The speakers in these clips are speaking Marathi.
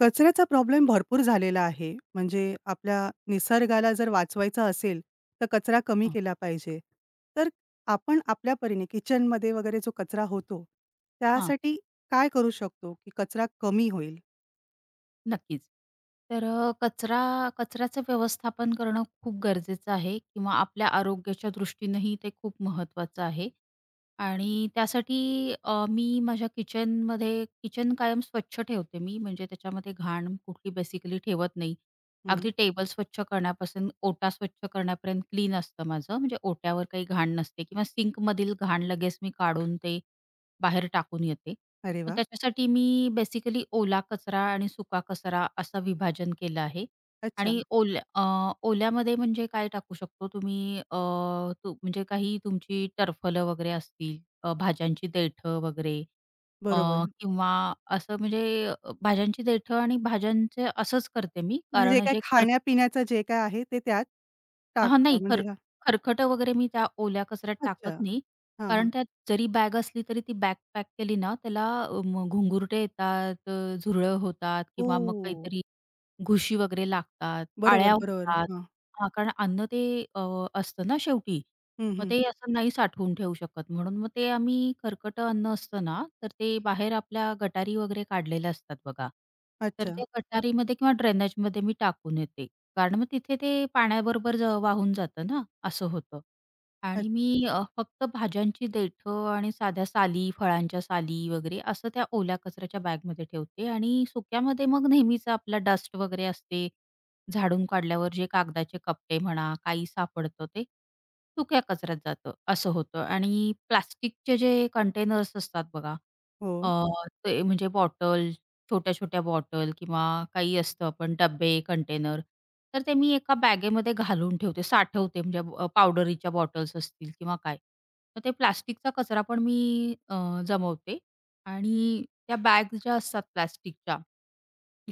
कचऱ्याचा प्रॉब्लेम भरपूर झालेला आहे. म्हणजे आपल्या निसर्गाला जर वाचवायचा असेल, तर कचरा कमी हं, केला पाहिजे. तर आपण आपल्या परीने किचनमध्ये वगैरे जो कचरा होतो, हां, त्यासाठी काय करू शकतो, की कचरा कमी होईल? नक्कीच. तर कचरा कचऱ्याचं व्यवस्थापन करणं खूप गरजेचं आहे किंवा आपल्या आरोग्याच्या दृष्टीनंही ते खूप महत्त्वाचं आहे. आणि त्यासाठी मी माझ्या किचन कायम स्वच्छ ठेवते मी, म्हणजे त्याच्यामध्ये घाण कुठली बेसिकली ठेवत नाही. हं. अगदी टेबल स्वच्छ करण्यापासून ओटा स्वच्छ करण्यापर्यंत क्लीन असतं माझं, म्हणजे ओट्यावर काही घाण नसते किंवा सिंकमधील घाण लगेच मी काढून ते बाहेर टाकून येते. अरे मग वाह! त्याच्यासाठी मी बेसिकली ओला कचरा आणि सुका कचरा असं विभाजन केलं आहे अच्छा. आणि ओल्यामध्ये म्हणजे काय टाकू शकतो तुम्ही, अ, तू म्हणजे काही तुमची टरफलं वगैरे असतील, भाज्यांची देठं वगैरे, अ, बरोबर. किंवा असं म्हणजे अ, भाज्यांची देठं आणि भाज्यांचे असंच करते मी म्हणजे जे कारण काही जे खाण्यापिण्याचं जे काय आहे ते त्यात हां, टाकता नाही. म्हणजे हां. खरखटं वगैरे मी त्या ओल्या कचऱ्यात टाकत अच्छा. नाही. हां, कारण हां. त्यात जरी बॅग असली तरी ती बॅग पॅक केली ना, त्याला मग घुंगुरटे येतात, झुरळं होतात किंवा मग ओह! काहीतरी घुशी वगैरे लागतात, बरोबर, आळ्या बरोबर. होतात. हां. हां, कारण अन्न ते अ, असतं ना शेवटी. हं, मग हं. ते असं नाही साठवून ठेवू शकत. म्हणून मग ते आम्ही खरकटं अन्न असतं ना, तर ते बाहेर आपल्या गटारी वगैरे काढलेल्या असतात बघा. तर अच्छा. त्या गटारीमध्ये किंवा ड्रेनेजमध्ये मी टाकून येते. कारण मग तिथे ते पाण्याबरोबर वाहून जातं ना, असं होतं. आणि अच्छ मी फक्त भाज्यांची देठं आणि साध्या साली, फळांच्या साली वगैरे असं त्या ओल्या कचऱ्याच्या बॅगमध्ये ठेवते आणि सुक्यामध्ये मग नेहमीचा आपला डस्ट वगैरे असते. झाडून काढल्यावर जे कागदाचे कपडे म्हणा, काही सापडतं ते सुक्या कचऱ्यात जातं, असं होतं. आणि प्लास्टिकचे जे कंटेनर्स असतात बघा, हो. अ, ते म्हणजे बॉटल, छोट्या-छोट्या बॉटल किंवा काही असतं आपण डब्बे, कंटेनर, तर ते मी एका बॅगेमध्ये घालून ठेवते, साठवते. म्हणजे पावडरीच्या बॉटल्स असतील किंवा काय. तर ते प्लास्टिकचा कचरा पण मी जमवते आणि त्या बॅग ज्या असतात प्लास्टिकच्या,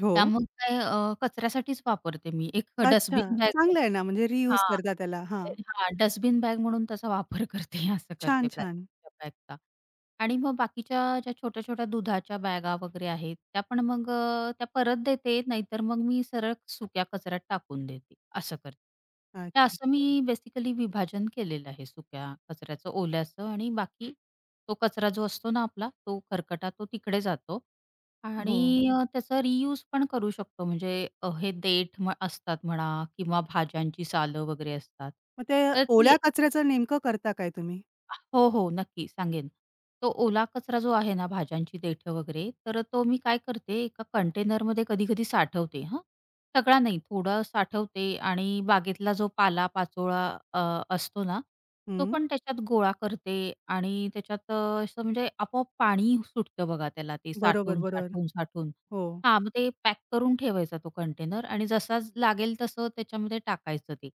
हो. त्यामुळे काय, कचऱ्यासाठीच वापरते मी. एक अच्छा, डस्टबिन बॅग चांगलं आहे ना, म्हणजे रियूज हां. करता त्याला. हा? हां, डस्टबिन बॅग म्हणून त्याचा वापर करते, असं छान, करते छान. प्लास्टिकच्या बॅगचा. आणि मग बाकीच्या ज्या छोट्या-छोट्या दुधाच्या बॅगा वगैरे आहेत, त्या पण मग त्या परत देते, नाहीतर मग मी सरळ सुक्या कचऱ्यात टाकून देते, असं करते. तर अच्छा. असं मी बेसिकली विभाजन केलेलं आहे सुक्या कचऱ्याचं, ओल्याचं आणि बाकी तो कचरा जो असतो ना आपला, तो खरकटा, तो तिकडे जातो. हो. आणि त्याचा रियूज पण करू शकतो म्हणजे हे देठ असतात म्हणा किंवा भाज्यांची सालं वगैरे असतात. मग ते तर ती ओल्या कचऱ्याचं नेमकं करता काय तुम्ही? हो, हो. नक्की सांगेन. तो ओला कचरा जो आहे ना भाज्यांची देठं वगैरे, तर तो मी काय करते एका कंटेनरमध्ये कधी-कधी साठवते हां. सगळा नाही, थोडा साठवते आणि बागेतला जो पाला-पाचोळा असतो ना, तो हं. पण त्याच्यात गोळा करते आणि त्याच्यात असं म्हणजे आपोआप पाणी सुटतं बघा त्याला ते बरोबर, साठून, बरोबर. साठून, साठून. हो. हां, मग ते पॅक करून ठेवायचा तो कंटेनर आणि जसा लागेल तसं त्याच्यामध्ये टाकायचं ते.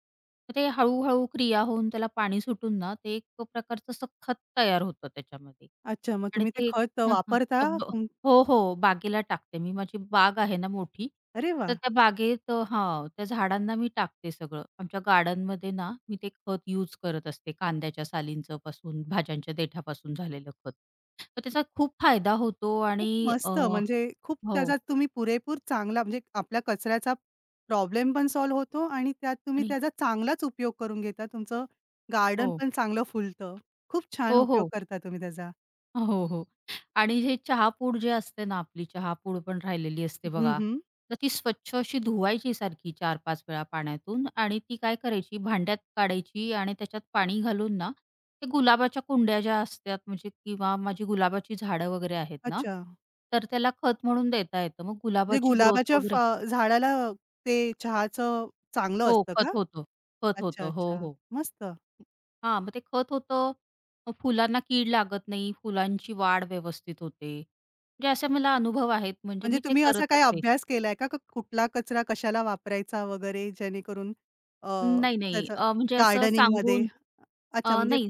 मग ते हळू-हळू क्रिया होऊन त्याला पाणी सुटून ना, ते एक प्रकारचं सखत तयार होतं त्याच्यामध्ये. अच्छा, मग आणि तुम्ही ते ते खत हां, हां. वापरता? अब हो, हो. बागेला टाकते मी. माझी बाग आहे ना मोठी, अरे तर वाह! त्या बागेत हां, त्या झाडांना मी टाकते सगळं. आमच्या गार्डनमध्ये ना, मी ते खत यूज करत असते. कांद्याच्या सालींचं पासून, भाज्यांच्या देठापासून झालेलं खत. तर त्याचा खूप फायदा होतो खूप आणि अ, मस्त. म्हणजे खूप हो त्याचा तुम्ही पुरेपूर चांगला म्हणजे आपल्या कचऱ्याचा प्रॉब्लेम पण सॉल्व्ह होतो आणि त्यात तुम्ही आणि त्याचा चांगलाच उपयोग करून घेता. तुमचं गार्डन हो. पण चांगलं फुलतं. खूप छान हो, उपयोग हो. करता तुम्ही त्याचा. हो, हो. आणि हे चहापूड जे असते ना आपली चहापूड पण राहिलेली असते हं, बघा, हं. तर ती स्वच्छ अशी धुवायची सारखी 4-5 वेळा पाण्यातून आणि ती काय करायची भांड्यात काढायची आणि त्याच्यात पाणी घालून ना, ते गुलाबाच्या कुंड्या ज्या असतात म्हणजे किंवा माझी गुलाबाची झाडं वगैरे आहेत ना, अच्छा. तर त्याला खत म्हणून देता येतं. मग म्हणजे गुलाबाची ग्रोथ गुलाबाच्या फ वगैरे झाडाला ते चहाचं चांगलं हो, असतं खत का? होतं. खत अच्छा, होतं. हो, अच्छा. हो. मस्त. हां, मग ते खत होतं. मग फुलांना कीड लागत नाही, फुलांची वाढ व्यवस्थित होते. म्हणजे असे मला अनुभव आहेत म्हणजे म्हणजे मी ते तुम्ही असा करत काही असते. अभ्यास केलाय का? का कुठला कचरा कशाला वापरायचा वगैरे जेणेकरून अ, नाही, नाही. त्याचं म्हणजे असं गार्डनिंगमध्ये सांगून अच्छा म्हणजे नाही.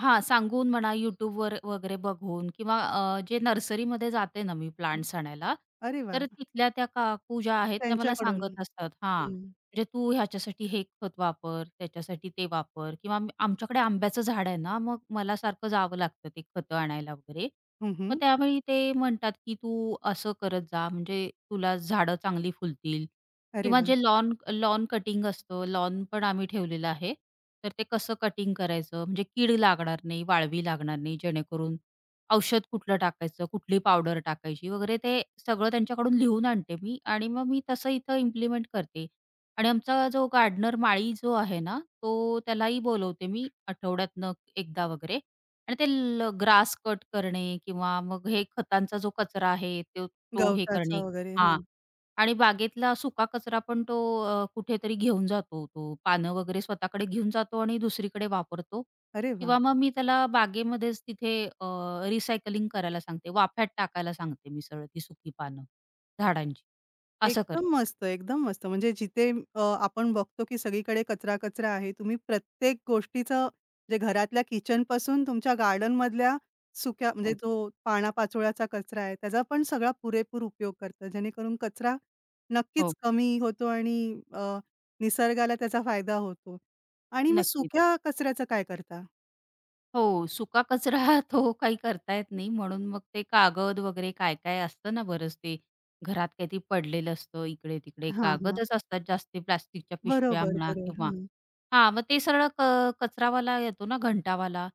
हां, सांगून म्हणा YouTubeवर वगैरे बघून किंवा जे नर्सरीमध्ये जाते ना मी प्लांट्स आणायला, अरे वाह! तर तिथल्या त्या काकू ज्या आहेत त्या मला त्यांच्याकडून. सांगत असतात हां, हं. म्हणजे तू ह्याच्यासाठी हे खत वापर, त्याच्यासाठी ते वापर किंवा आमच्याकडे आंब्याचं झाड आहे ना, मग मला सारखं जावं लागतं ते खतं आणायला वगैरे. हं, मग हं. त्यावेळी ते म्हणतात, की "तू असं करत जा म्हणजे तुला झाडं चांगली फुलतील." अरे किंवा वाह! जे लॉन लॉन कटिंग असतं, लॉन पण आम्ही ठेवलेलं आहे. तर ते कसं कटिंग करायचं, म्हणजे कीड लागणार नाही, वाळवी लागणार नाही, जेणेकरून औषध कुठलं टाकायचं, कुठली पावडर टाकायची वगैरे ते सगळं त्यांच्याकडून लिहून आणते मी आणि मग मी तसं इथं इम्प्लिमेंट करते. आणि आमचा जो गार्डनर माळी जो आहे ना, तो त्यालाही बोलवते मी आठवड्यातनं एकदा वगैरे आणि ते ग्रास कट करणे किंवा मग हे खतांचा जो कचरा आहे, तो तो हे गवताचा करणे वगैरे. हां. हां. आणि बागेतला सुका कचरा पण तो कुठेतरी घेऊन जातो तो. पानं वगैरे स्वतःकडे घेऊन जातो आणि दुसरीकडे वापरतो अरे वाह! किंवा मग मी त्याला बागेमध्येच तिथे अ, रिसायकलिंग करायला सांगते. वाफ्यात टाकायला सांगते मी सरळ ती सुकी पानं झाडांची. असं करते. एकदम मस्त, एकदम मस्त. म्हणजे जिथे आपण बघतो की सगळीकडे कचरा-कचरा आहे. तुम्ही प्रत्येक गोष्टीचं जे घरातल्या किचनपासून तुमच्या गार्डनमधल्या सुक्या म्हणजे हो, जो पाना-पाचोळ्याचा कचरा आहे, त्याचा पण सगळा पुरेपूर उपयोग करता. जेणेकरून कचरा नक्कीच हो. कमी होतो आणि अ, निसर्गाला त्याचा फायदा होतो. आणि मग नक्कीच. सुक्या कचऱ्याचं काय करता? हो, सुका कचरा तो काही करता येत नाही म्हणून मग ते कागद वगैरे काय-काय असतं ना बरंच ते घरात काहीतरी पडलेलं असतं इकडे-तिकडे. हां, हां. कागदच असतात जास्ती, प्लास्टिकच्या पिशव्या बरोबर, म्हणा बरोबर. किंवा हां. हां, मग ते सरळ कचरावाला येतो ना घंटावाला.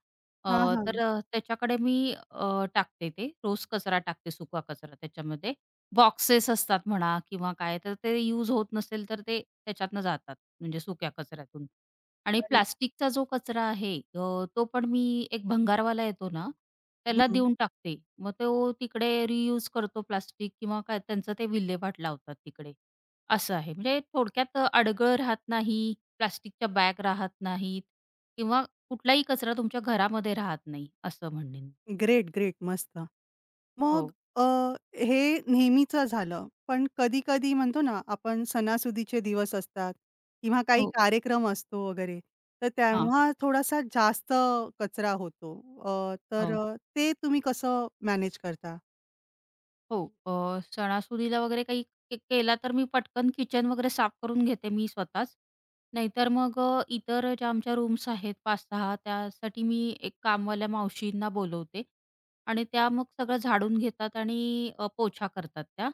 अ, हां, हां. तर त्याच्याकडे मी टाकते ते. रोज कचरा टाकते, सुका कचरा त्याच्यामध्ये. बॉक्सेस असतात म्हणा किंवा काय, तर ते यूज होत नसेल तर ते त्याच्यातनं जातात, म्हणजे सुक्या कचऱ्यातून. आणि प्लास्टिकचा जो कचरा आहे तो पण मी एक भंगारवाला येतो ना, त्याला देऊन टाकते. मग तो तिकडे रियूज करतो प्लास्टिक किंवा काय, त्यांचं ते विल्हेवाट लावतात तिकडे, असं आहे. म्हणजे थोडक्यात अडगळ राहत नाही, प्लास्टिकच्या बॅग राहत नाहीत किंवा कुठलाही कचरा तुमच्या घरामध्ये राहत नाही, असं म्हणेन. Great, great. मस्त. मग हो. अ, हे नेहमीचं झालं. पण कधी-कधी म्हणतो ना, आपण सणासुदीचे दिवस असतात किंवा काही हो. कार्यक्रम असतो वगैरे, तर हां. तेव्हा थोडासा जास्त कचरा होतो. अ, तर हो. अ, ते तुम्ही कसं मॅनेज करता? हो. सणासुदीला वगैरे काही केला तर मी पटकन किचन वगैरे साफ करून घेते मी स्वतःच. नाहीतर मग इतर ज्या आमच्या रूम्स आहेत 5-6, त्यासाठी मी एक कामवाल्या मावशींना बोलवते आणि त्या मग सगळं झाडून घेतात आणि पोछा करतात त्या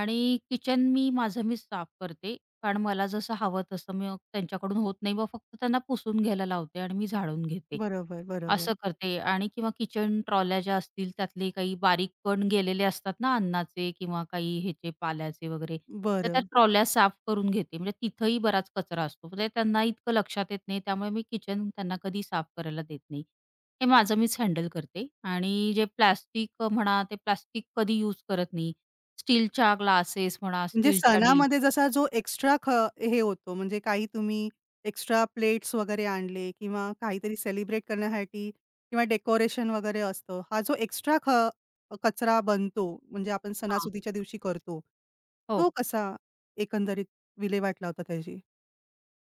आणि किचन मी माझं मीच साफ करते. कारण मला जसं हवं तसं मी त्यांच्याकडून होत नाही. मग फक्त त्यांना पुसून घ्यायला लावते आणि मी झाडून घेते. बरोबर, बरोबर. असं करते आणि किंवा किचन ट्रॉल्या ज्या असतील त्यातले काही बारीक कण गेलेले असतात ना अन्नाचे किंवा काही ह्याचे पाल्याचे वगैरे, तर त्या बरं. ट्रॉल्या साफ करून घेते. म्हणजे तिथंही बराच कचरा असतो. म्हणजे त्यांना इतकं लक्षात येत नाही. त्यामुळे मी किचन त्यांना कधी साफ करायला देत नाही. हे माझं मीच हँडल करते आणि जे प्लास्टिक म्हणा, ते प्लास्टिक कधी यूज करत नाही. स्टीलच्या ग्लासेस म्हणा, म्हणजे स्टीलच्या डिश सणामध्ये जसा जो एक्स्ट्रा ख हे होतो म्हणजे काही तुम्ही एक्स्ट्रा प्लेट्स वगैरे आणले किंवा काहीतरी सेलिब्रेट करण्यासाठी किंवा डेकोरेशन वगैरे असतं. हा जो एक्स्ट्रा ख कचरा बनतो म्हणजे आपण सणासुदीच्या दिवशी करतो. तो हो. कसा एकंदरीत विल्हेवाट लावता त्याची?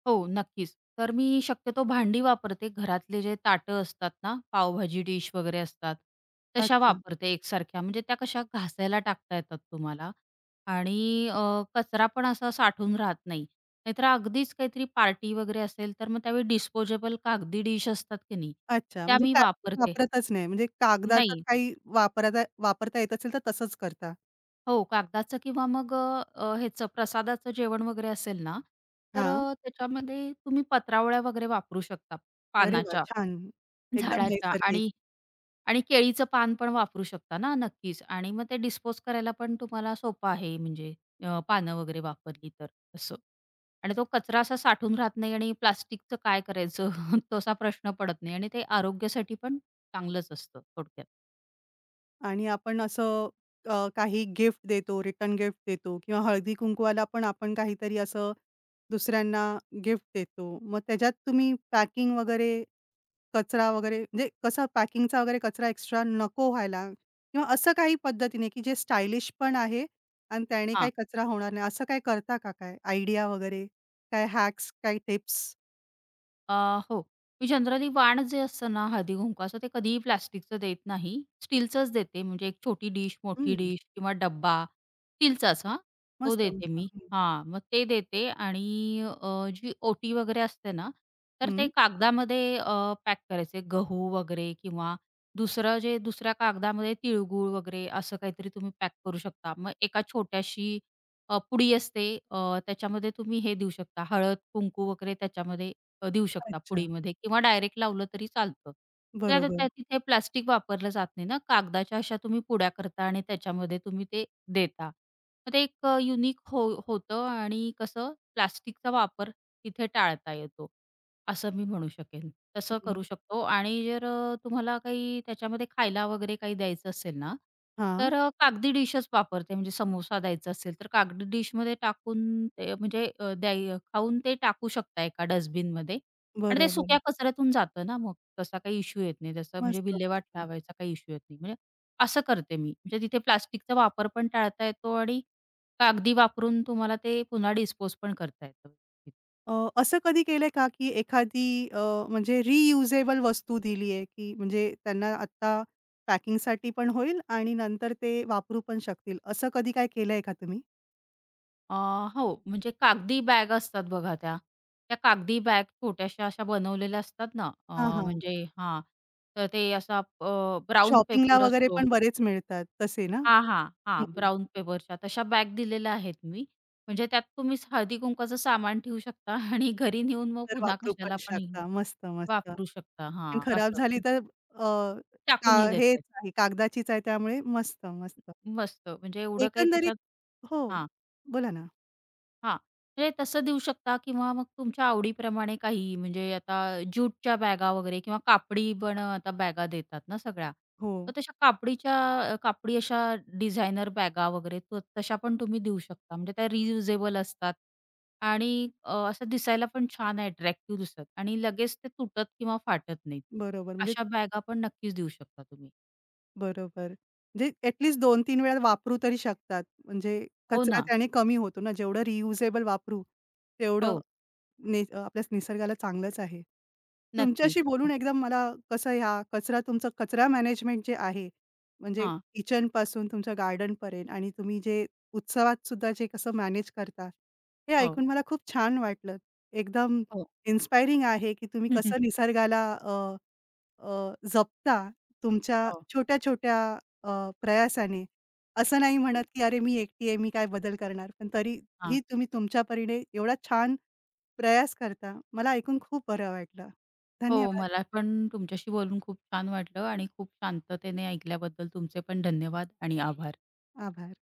हो, नक्कीच. तर मी शक्यतो भांडी वापरते. घरातले जे ताटं असतात ना, पावभाजी डिश वगैरे असतात, तशा अच्छा, वापरते एकसारख्या. म्हणजे त्या कशा घासायला टाकता येतात तुम्हाला आणि कचरा पण असा साठून राहत नाही. नाहीतर अगदीच काहीतरी पार्टी वगैरे असेल, तर मग त्यावेळी डिस्पोजेबल कागदी डिश असतात की नाही, अच्छा. त्या म्हणजे मी प्लास्टिक वापरते. वापरतच नाही. म्हणजे कागदाचा नाही, काही वापरता वापरता येत असेल तर तसंच करता. हो, कागदाचं किंवा मग ह्याचं प्रसादाचं जेवण वगैरे असेल ना, तर हां. त्याच्यामध्ये तुम्ही पत्रावळ्या वगैरे वापरू शकता, अरे वाह! पानाच्या. छान. एकदम झाडाच्या नैसर्गिक. आणि, आणि केळीचं पान पण वापरू शकता ना, नक्कीच आणि मग ते डिस्पोज करायला पण तुम्हाला सोपं आहे म्हणजे पानं वगैरे वापरली तर असं. आणि तो कचरा असा साठून राहत नाही आणि प्लास्टिकचं काय करायचं तसा प्रश्न पडत नाही आणि ते आरोग्यासाठी पण चांगलंच असतं थोडक्यात. आणि आपण काही गिफ्ट देतो, रिटर्न गिफ्ट देतो किंवा हळदी-कुंकवाला पण आपण काहीतरी असं दुसऱ्यांना गिफ्ट देतो. मग त्याच्यात तुम्ही पॅकिंग वगैरे, कचरा वगैरे म्हणजे कसा पॅकिंगचा वगैरे कचरा एक्स्ट्रा नको व्हायला किंवा असं काही पद्धतीने की जे स्टायलिश पण आहे आणि त्याने काही कचरा होणार नाही, असं काही करता का काय? आयडिया वगैरे? काय हॅक्स, काही टिप्स? अ, हो. मी जनरली वाण जे असतं ना, हळदी-कुंकवाचं ते कधीही प्लास्टिकचं देत नाही. स्टीलचंच देते म्हणजे एक छोटी डिश, मोठी हं. डिश किंवा डब्बा स्टीलचाच हां, तो मस्त, देते मस्त. मी. हं. हां, मग ते देते आणि जी ओटी वगैरे असते ना, तर ते हं. कागदामध्ये पॅक करायचे गहू वगैरे किंवा दुसरं, जे दुसऱ्या कागदामध्ये तिळगूळ वगैरे असं काहीतरी तुम्ही पॅक करू शकता. मग एका छोट्याशी पुडी असते, त्याच्यामध्ये तुम्ही हे देऊ शकता हळद, कुंकू वगैरे त्याच्यामध्ये देऊ शकता अच्छा. पुडीमध्ये किंवा डायरेक्ट लावलं तरी चालतं. तर आता बरोबर. त्या तिथे प्लास्टिक वापरलं जात नाही ना. कागदाच्या अशा तुम्ही पुड्या करता आणि त्याच्यामध्ये तुम्ही ते देता. मग ते एक युनिक हो होतं आणि कसं प्लास्टिकचा वापर तिथे टाळता येतो. असं मी म्हणू शकेन. तसं करू हं. शकतो आणि जर तुम्हाला काही त्याच्यामध्ये खायला वगैरे काही द्यायचं असेल ना, हां. तर कागदी डिशच वापरते. म्हणजे समोसा द्यायचा असेल, तर कागदी डिशमध्ये टाकून ते म्हणजे खाऊन ते टाकू शकता एका डस्टबिनमध्ये आणि ते बरोबर. सुक्या कचऱ्यातून जातं ना मग. तसा काही इश्यू येत नाही. तसं म्हणजे मस्त, मस्त. विल्हेवाट लावायचा काही इश्यू येत नाही. म्हणजे असं करते मी. म्हणजे तिथे प्लास्टिकचा वापर पण टाळता येतो आणि कागदी वापरून तुम्हाला ते पुन्हा डिस्पोज पण करता येतं. असं कधी केलंय का, की एखादी म्हणजे रियुजेबल वस्तू दिली आहे, की म्हणजे त्यांना आत्ता पॅकिंगसाठी पण होईल आणि नंतर ते वापरू पण शकतील. असं कधी काय केलंय का तुम्ही? अ, हो, म्हणजे कागदी बॅग असतात बघा त्या. त्या कागदी बॅग छोट्याशा अशा बनवलेल्या असतात ना, हां, हां. म्हणजे हां, तर ते असा ब्राउन शॉपिंगला पेपर वगैरे असतो पण बरेच मिळतात तसे ना? हां, हां, हां, हं. ब्राउन पेपरच्या तशा बॅग दिलेल्या आहेत मी. म्हणजे त्यात तुम्ही हळदी-कुंकवाचं सामान ठेवू शकता आणि घरी नेऊन मग तर पुन्हा वापरू पण कशाला पण शकता. मस्त, मस्त. वापरू शकता. आणि हां, खराब असं झाली की तर अ, का टाकूनही हेच देता, आहे कागदाचीच आहे त्यामुळे मस्त, मस्त. मस्त म्हणजे एवढं काही एकंदरीत त्याच्यात हो. हां. बोला ना. हां. म्हणजे तसं देऊ शकता किंवा मग तुमच्या आवडीप्रमाणे काहीही, म्हणजे आता ज्यूटच्या बॅगा वगैरे किंवा कापडी पण आता बॅगा देतात ना सगळ्या. हो, तर तशा कापडीच्या कापडी अशा डिझायनर बॅगा वगैरे, तशा पण तुम्ही देऊ शकता. म्हणजे त्या रियुजेबल असतात आणि असं दिसायला पण छान अट्रॅक्टिव्ह दिसतात आणि लगेच ते तुटत किंवा फाटत नाहीत. बरोबर. म्हणजे अशा बॅगा पण नक्कीच देऊ शकता तुम्ही. बरोबर. म्हणजे ॲट लीस्ट 2 वेळा वापरू तरी शकतात. म्हणजे हो कचरा ना. त्याने कमी होतो ना. जेवढं रियुजेबल वापरू, तेवढं हो. नि आपल्या निसर्गाला चांगलंच आहे. नक्कीच. तुमच्याशी बोलून हो. एकदम मला कसं ह्या कचरा तुमचं कचरा मॅनेजमेंट जे आहे, म्हणजे हां. किचनपासून तुमच्या गार्डनपर्यंत आणि तुम्ही जे उत्सवात सुद्धा जे कसं मॅनेज करता, हे हो. ऐकून मला खूप छान वाटलं. एकदम हो. इन्स्पायरिंग आहे, की तुम्ही कसं निसर्गाला जपता तुमच्या हो. छोट्या-छोट्या प्रयासाने. असं नाही म्हणत, हो. की "अरे, मी एकटी आहे, मी काय बदल करणार?" पण हां. तरीही तुम्ही तुमच्या परीने एवढा छान प्रयास करता. मला ऐकून खूप बरं वाटलं. हो, धन्यवाद. मला पण तुमच्याशी बोलून खूप छान वाटलं आणि खूप शांततेने ऐकल्याबद्दल तुमचे पण धन्यवाद आणि आभार. आभार.